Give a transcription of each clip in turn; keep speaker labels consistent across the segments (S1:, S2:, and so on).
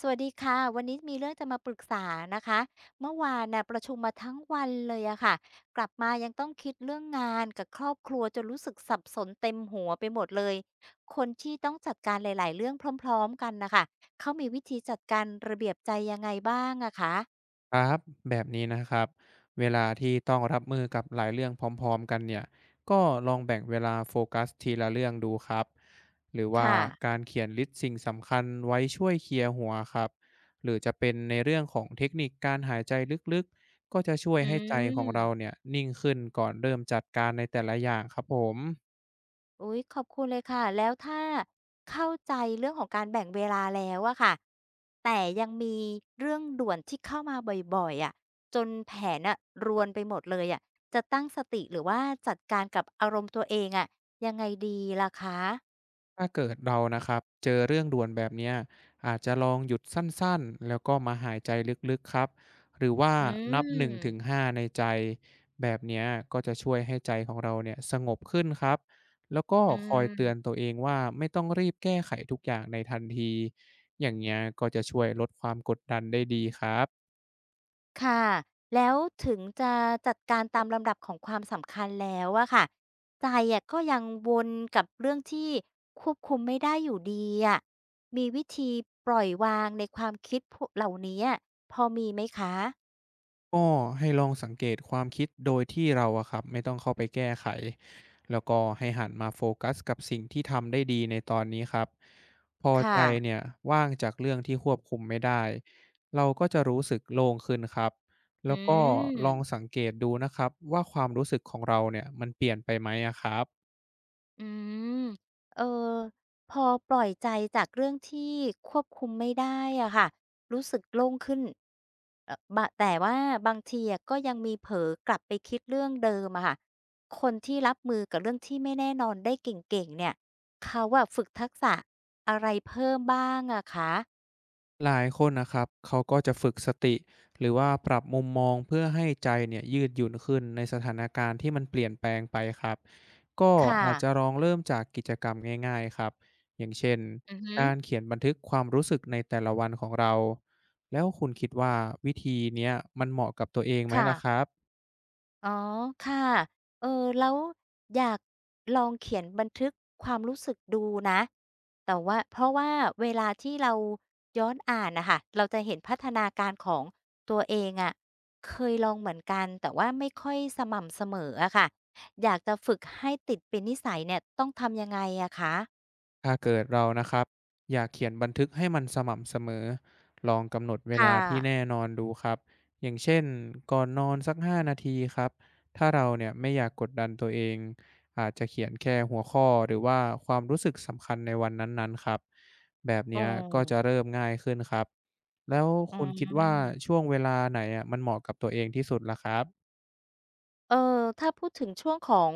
S1: สวัสดีค่ะวันนี้มีเรื่องจะมาปรึกษานะคะเมื่อวานน่ะประชุมมาทั้งวันเลยอะค่ะกลับมายังต้องคิดเรื่องงานกับครอบครัวจนรู้สึกสับสนเต็มหัวไปหมดเลยคนที่ต้องจัดการหลายๆเรื่องพร้อมๆกันนะคะเขามีวิธีจัดการระเบียบใจยังไงบ้างอะคะ
S2: ครับแบบนี้นะครับเวลาที่ต้องรับมือกับหลายเรื่องพร้อมๆกันเนี่ยก็ลองแบ่งเวลาโฟกัสทีละเรื่องดูครับหรือว่า
S1: ค่ะ
S2: การเขียนลิสต์สิ่งสำคัญไว้ช่วยเคลียร์หัวครับหรือจะเป็นในเรื่องของเทคนิคการหายใจลึกๆก็จะช่วย
S1: อื
S2: ให้ใจของเรา
S1: ม
S2: เนี่ยนิ่งขึ้นก่อนเริ่มจัดการในแต่ละอย่างครับผม
S1: อุ๊ยขอบคุณเลยค่ะแล้วถ้าเข้าใจเรื่องของการแบ่งเวลาแล้วอะค่ะแต่ยังมีเรื่องด่วนที่เข้ามาบ่อยๆอะจนแผนน่ะรวนไปหมดเลยอะจะตั้งสติหรือว่าจัดการกับอารมณ์ตัวเองอะยังไงดีล่ะคะ
S2: ถ้าเกิดเรานะครับเจอเรื่องด่วนแบบเนี้ยอาจจะลองหยุดสั้นๆแล้วก็มาหายใจลึกๆครับหรือว่า
S1: อื
S2: นับหนึ่งถึง
S1: ม
S2: ห้าในใจแบบเนี้ยก็จะช่วยให้ใจของเราเนี่ยสงบขึ้นครับแล้วก็
S1: อื
S2: คอยเตือน
S1: ม
S2: ตัวเองว่าไม่ต้องรีบแก้ไขทุกอย่างในทันทีอย่างเงี้ยก็จะช่วยลดความกดดันได้ดีครับ
S1: ค่ะแล้วถึงจะจัดการตามลำดับของความสำคัญแล้วอะค่ะ ใจอะก็ยังวนกับเรื่องที่ควบคุมไม่ได้อยู่ดีอะมีวิธีปล่อยวางในความคิดพวกเหล่านี้อะพอมีไหมคะ
S2: ก็ให้ลองสังเกตความคิดโดยที่เราอะครับไม่ต้องเข้าไปแก้ไขแล้วก็ให้หันมาโฟกัสกับสิ่งที่ทำได้ดีในตอนนี้ครับพอใจ
S1: ค่ะ
S2: เนี่ยว่างจากเรื่องที่ควบคุมไม่ได้เราก็จะรู้สึกโล่งขึ้นครับ
S1: อื
S2: แล้วก็ลอง
S1: ม
S2: สังเกตดูนะครับว่าความรู้สึกของเราเนี่ยมันเปลี่ยนไปไหมอะครับ
S1: อืม เออ พอปล่อยใจจากเรื่องที่ควบคุมไม่ได้อะค่ะ รู้สึกโล่งขึ้นบะแต่ว่าบางทีอะก็ยังมีเผลอกลับไปคิดเรื่องเดิมอะค่ะ คนที่รับมือกับเรื่องที่ไม่แน่นอนได้เก่งๆเนี่ยเขาอะฝึกทักษะอะไรเพิ่มบ้างอะคะ
S2: หลายคนนะครับเขาก็จะฝึกสติหรือว่าปรับมุมมองเพื่อให้ใจเนี่ยยืดหยุ่นขึ้นในสถานการณ์ที่มันเปลี่ยนแปลงไปครับก็
S1: ค
S2: อาจจะ
S1: ่ะ
S2: ลองเริ่มจากกิจกรรมง่ายๆครับอย่างเช่น
S1: อือฮึ
S2: การเขียนบันทึกความรู้สึกในแต่ละวันของเราแล้วคุณคิดว่าวิธีเนี้ยมันเหมาะกับตัวเองไหมล่ะค
S1: ค่ะ
S2: รับ
S1: อ๋อค่ะเออแล้วอยากลองเขียนบันทึกความรู้สึกดูนะแต่ว่าเพราะว่าเวลาที่เราย้อนอ่านน่ะค่ะเราจะเห็นพัฒนาการของตัวเองอะเคยลองเหมือนกันแต่ว่าไม่ค่อยสม่ำเสมออะค่ะอยากจะฝึกให้ติดเป็นนิสัยเนี่ยต้องทำยังไงอะคะ
S2: ถ้าเกิดเรานะครับอยากเขียนบันทึกให้มันสม่ำเสมอลองกำหนดเว
S1: ค่ะ
S2: ลาที่แน่นอนดูครับอย่างเช่นก่อนนอนสัก5นาทีครับถ้าเราเนี่ยไม่อยากกดดันตัวเองอาจจะเขียนแค่หัวข้อหรือว่าความรู้สึกสำคัญในวันนั้นๆครับแบบ
S1: อือ
S2: เนี้ยก็จะเริ่มง่ายขึ้นครับแล้ว
S1: อื
S2: คุณคิดว่า
S1: ม
S2: ช่วงเวลาไหนอะมันเหมาะกับตัวเองที่สุดล่ะครับ
S1: เออถ้าพูดถึงช่วงของ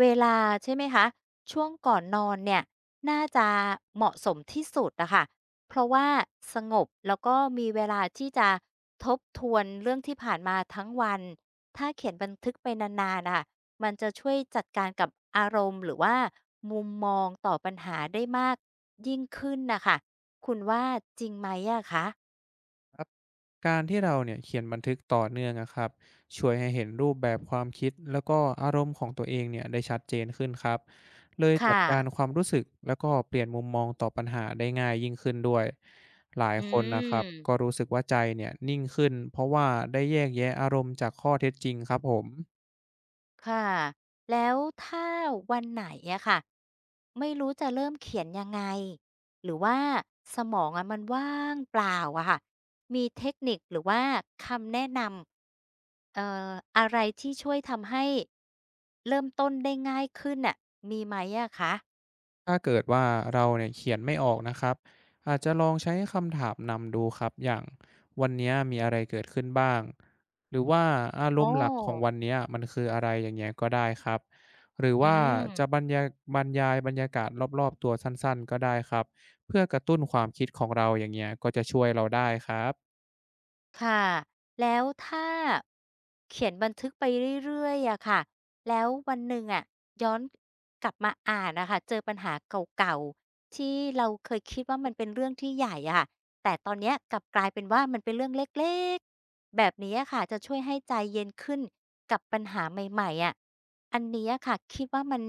S1: เวลาใช่ไหมคะช่วงก่อนนอนเนี่ยน่าจะเหมาะสมที่สุดอะค่ะเพราะว่าสงบแล้วก็มีเวลาที่จะทบทวนเรื่องที่ผ่านมาทั้งวันถ้าเขียนบันทึกไปนานๆนะค่ะมันจะช่วยจัดการกับอารมณ์หรือว่ามุมมองต่อปัญหาได้มากยิ่งขึ้นนะคะคุณว่าจริงไหมอะคะ
S2: การที่เราเนี่ยเขียนบันทึกต่อเนื่องนะครับช่วยให้เห็นรูปแบบความคิดแล้วก็อารมณ์ของตัวเองเนี่ยได้ชัดเจนขึ้นครับเลยจัด
S1: ค่ะ
S2: การความรู้สึกแล้วก็เปลี่ยนมุมมองต่อปัญหาได้ง่ายยิ่งขึ้นด้วยหลาย
S1: อื
S2: คนนะครับก็
S1: ม
S2: รู้สึกว่าใจเนี่ยนิ่งขึ้นเพราะว่าได้แยกแยะอารมณ์จากข้อเท็จจริงครับผม
S1: ค่ะแล้วถ้าวันไหนอะค่ะไม่รู้จะเริ่มเขียนยังไงหรือว่าสมองอะมันว่างเปล่าอะค่ะมีเทคนิคหรือว่าคำแนะนำอะไรที่ช่วยทำให้เริ่มต้นได้ง่ายขึ้นอะมีไหมอะคะ
S2: ถ้าเกิดว่าเราเนี่ยเขียนไม่ออกนะครับอาจจะลองใช้คำถามนำดูครับอย่างวันเนี้ยมีอะไรเกิดขึ้นบ้างหรือว่าอารม
S1: โอ้
S2: ณ์หลักของวันเนี้ยมันคืออะไรอย่างเงี้ยก็ได้ครับหรือ
S1: อื
S2: ว่า
S1: ม
S2: จะบรรยายบรรยากาศรอบๆตัวสั้นๆก็ได้ครับเพื่อกระตุ้นความคิดของเราอย่างเงี้ยก็จะช่วยเราได้ครับ
S1: ค่ะแล้วถ้าเขียนบันทึกไปเรื่อยๆอะค่ะแล้ววันหนึ่งอะย้อนกลับมาอ่านนะคะเจอปัญหาเก่าๆที่เราเคยคิดว่ามันเป็นเรื่องที่ใหญ่อะค่ะแต่ตอนเนี้ยกลับกลายเป็นว่ามันเป็นเรื่องเล็กๆแบบนี้อะค่ะจะช่วยให้ใจเย็นขึ้นกับปัญหาใหม่ๆอะอันนี้อะค่ะคิดว่ามัน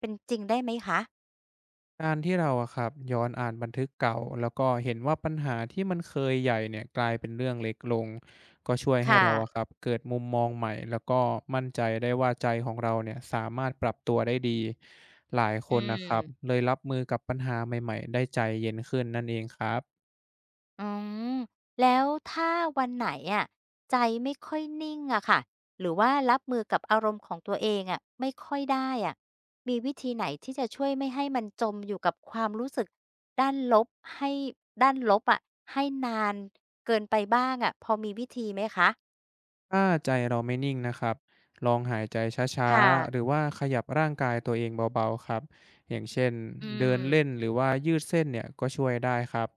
S1: เป็นจริงได้ไหมคะ
S2: การที่เราอะครับย้อนอ่านบันทึกเก่าแล้วก็เห็นว่าปัญหาที่มันเคยใหญ่เนี่ยกลายเป็นเรื่องเล็กลงก็ช่วยให้
S1: ค่ะ
S2: เราอะครับเกิดมุมมองใหม่แล้วก็มั่นใจได้ว่าใจของเราเนี่ยสามารถปรับตัวได้ดีหลายค
S1: อื
S2: นนะครับ
S1: ม
S2: เลยรับมือกับปัญหาใหม่ๆได้ใจเย็นขึ้นนั่นเองครับ
S1: อืมแล้วถ้าวันไหนอะใจไม่ค่อยนิ่งอะค่ะหรือว่ารับมือกับอารมณ์ของตัวเองอะไม่ค่อยได้อะมีวิธีไหนที่จะช่วยไม่ให้มันจมอยู่กับความรู้สึกด้านลบให้ด้านลบอะให้นานเกินไปบ้างอะพอมีวิธีไหมคะ
S2: ถ้าใจเราไม่นิ่งนะครับลองหายใจช้า
S1: ค่ะ
S2: ๆหรือว่าขยับร่างกายตัวเองเบาๆครับอย่างเช่น
S1: อื
S2: เดิน
S1: ม
S2: เล่นหรือว่ายืดเส้นเนี่ยก็ช่วยได้ครับ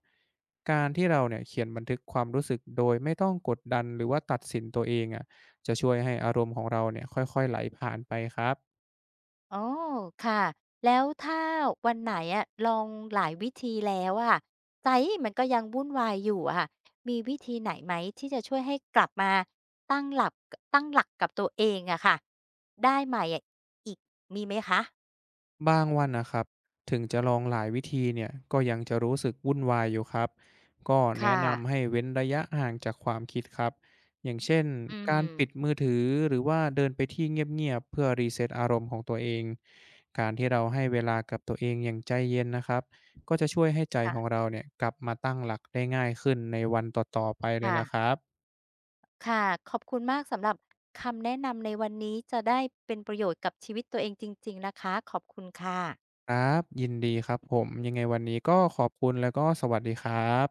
S2: การที่เราเนี่ยเขียนบันทึกความรู้สึกโดยไม่ต้องกดดันหรือว่าตัดสินตัวเองอ่ะจะช่วยให้อารมณ์ของเราเนี่ยค่อยๆไหลผ่านไปครับ
S1: อ๋อค่ะ แล้วถ้าวันไหนอะลองหลายวิธีแล้วอะใจมันก็ยังวุ่นวายอยู่อะค่ะมีวิธีไหนไหมที่จะช่วยให้กลับมาตั้งหลักตั้งหลักกับตัวเองอะค่ะได้ใหม่อะอีกมีไหมคะ
S2: บางวันนะครับถึงจะลองหลายวิธีเนี่ยก็ยังจะรู้สึกวุ่นวายอยู่ครับก็แนะ
S1: ค่ะ
S2: นำให้เว้นระยะห่างจากความคิดครับอย่างเช่น
S1: อื
S2: กา
S1: ม
S2: รปิดมือถือหรือว่าเดินไปที่เงียบๆเพื่อรีเซ็ตอารมณ์ของตัวเองการที่เราให้เวลากับตัวเองอย่างใจเย็นนะครับก็จะช่วยให้ใจของ
S1: ค่ะ
S2: เราเนี่ยกลับมาตั้งหลักได้ง่ายขึ้นในวันต่อๆไปเลยละค
S1: ค่ะ
S2: รับ
S1: ค่ะขอบคุณมากสำหรับคำแนะนำในวันนี้จะได้เป็นประโยชน์กับชีวิตตัวเองจริงๆนะคะขอบคุณค่ะ
S2: ครับยินดีครับผมยังไงวันนี้ก็ขอบคุณแล้วก็สวัสดีครับ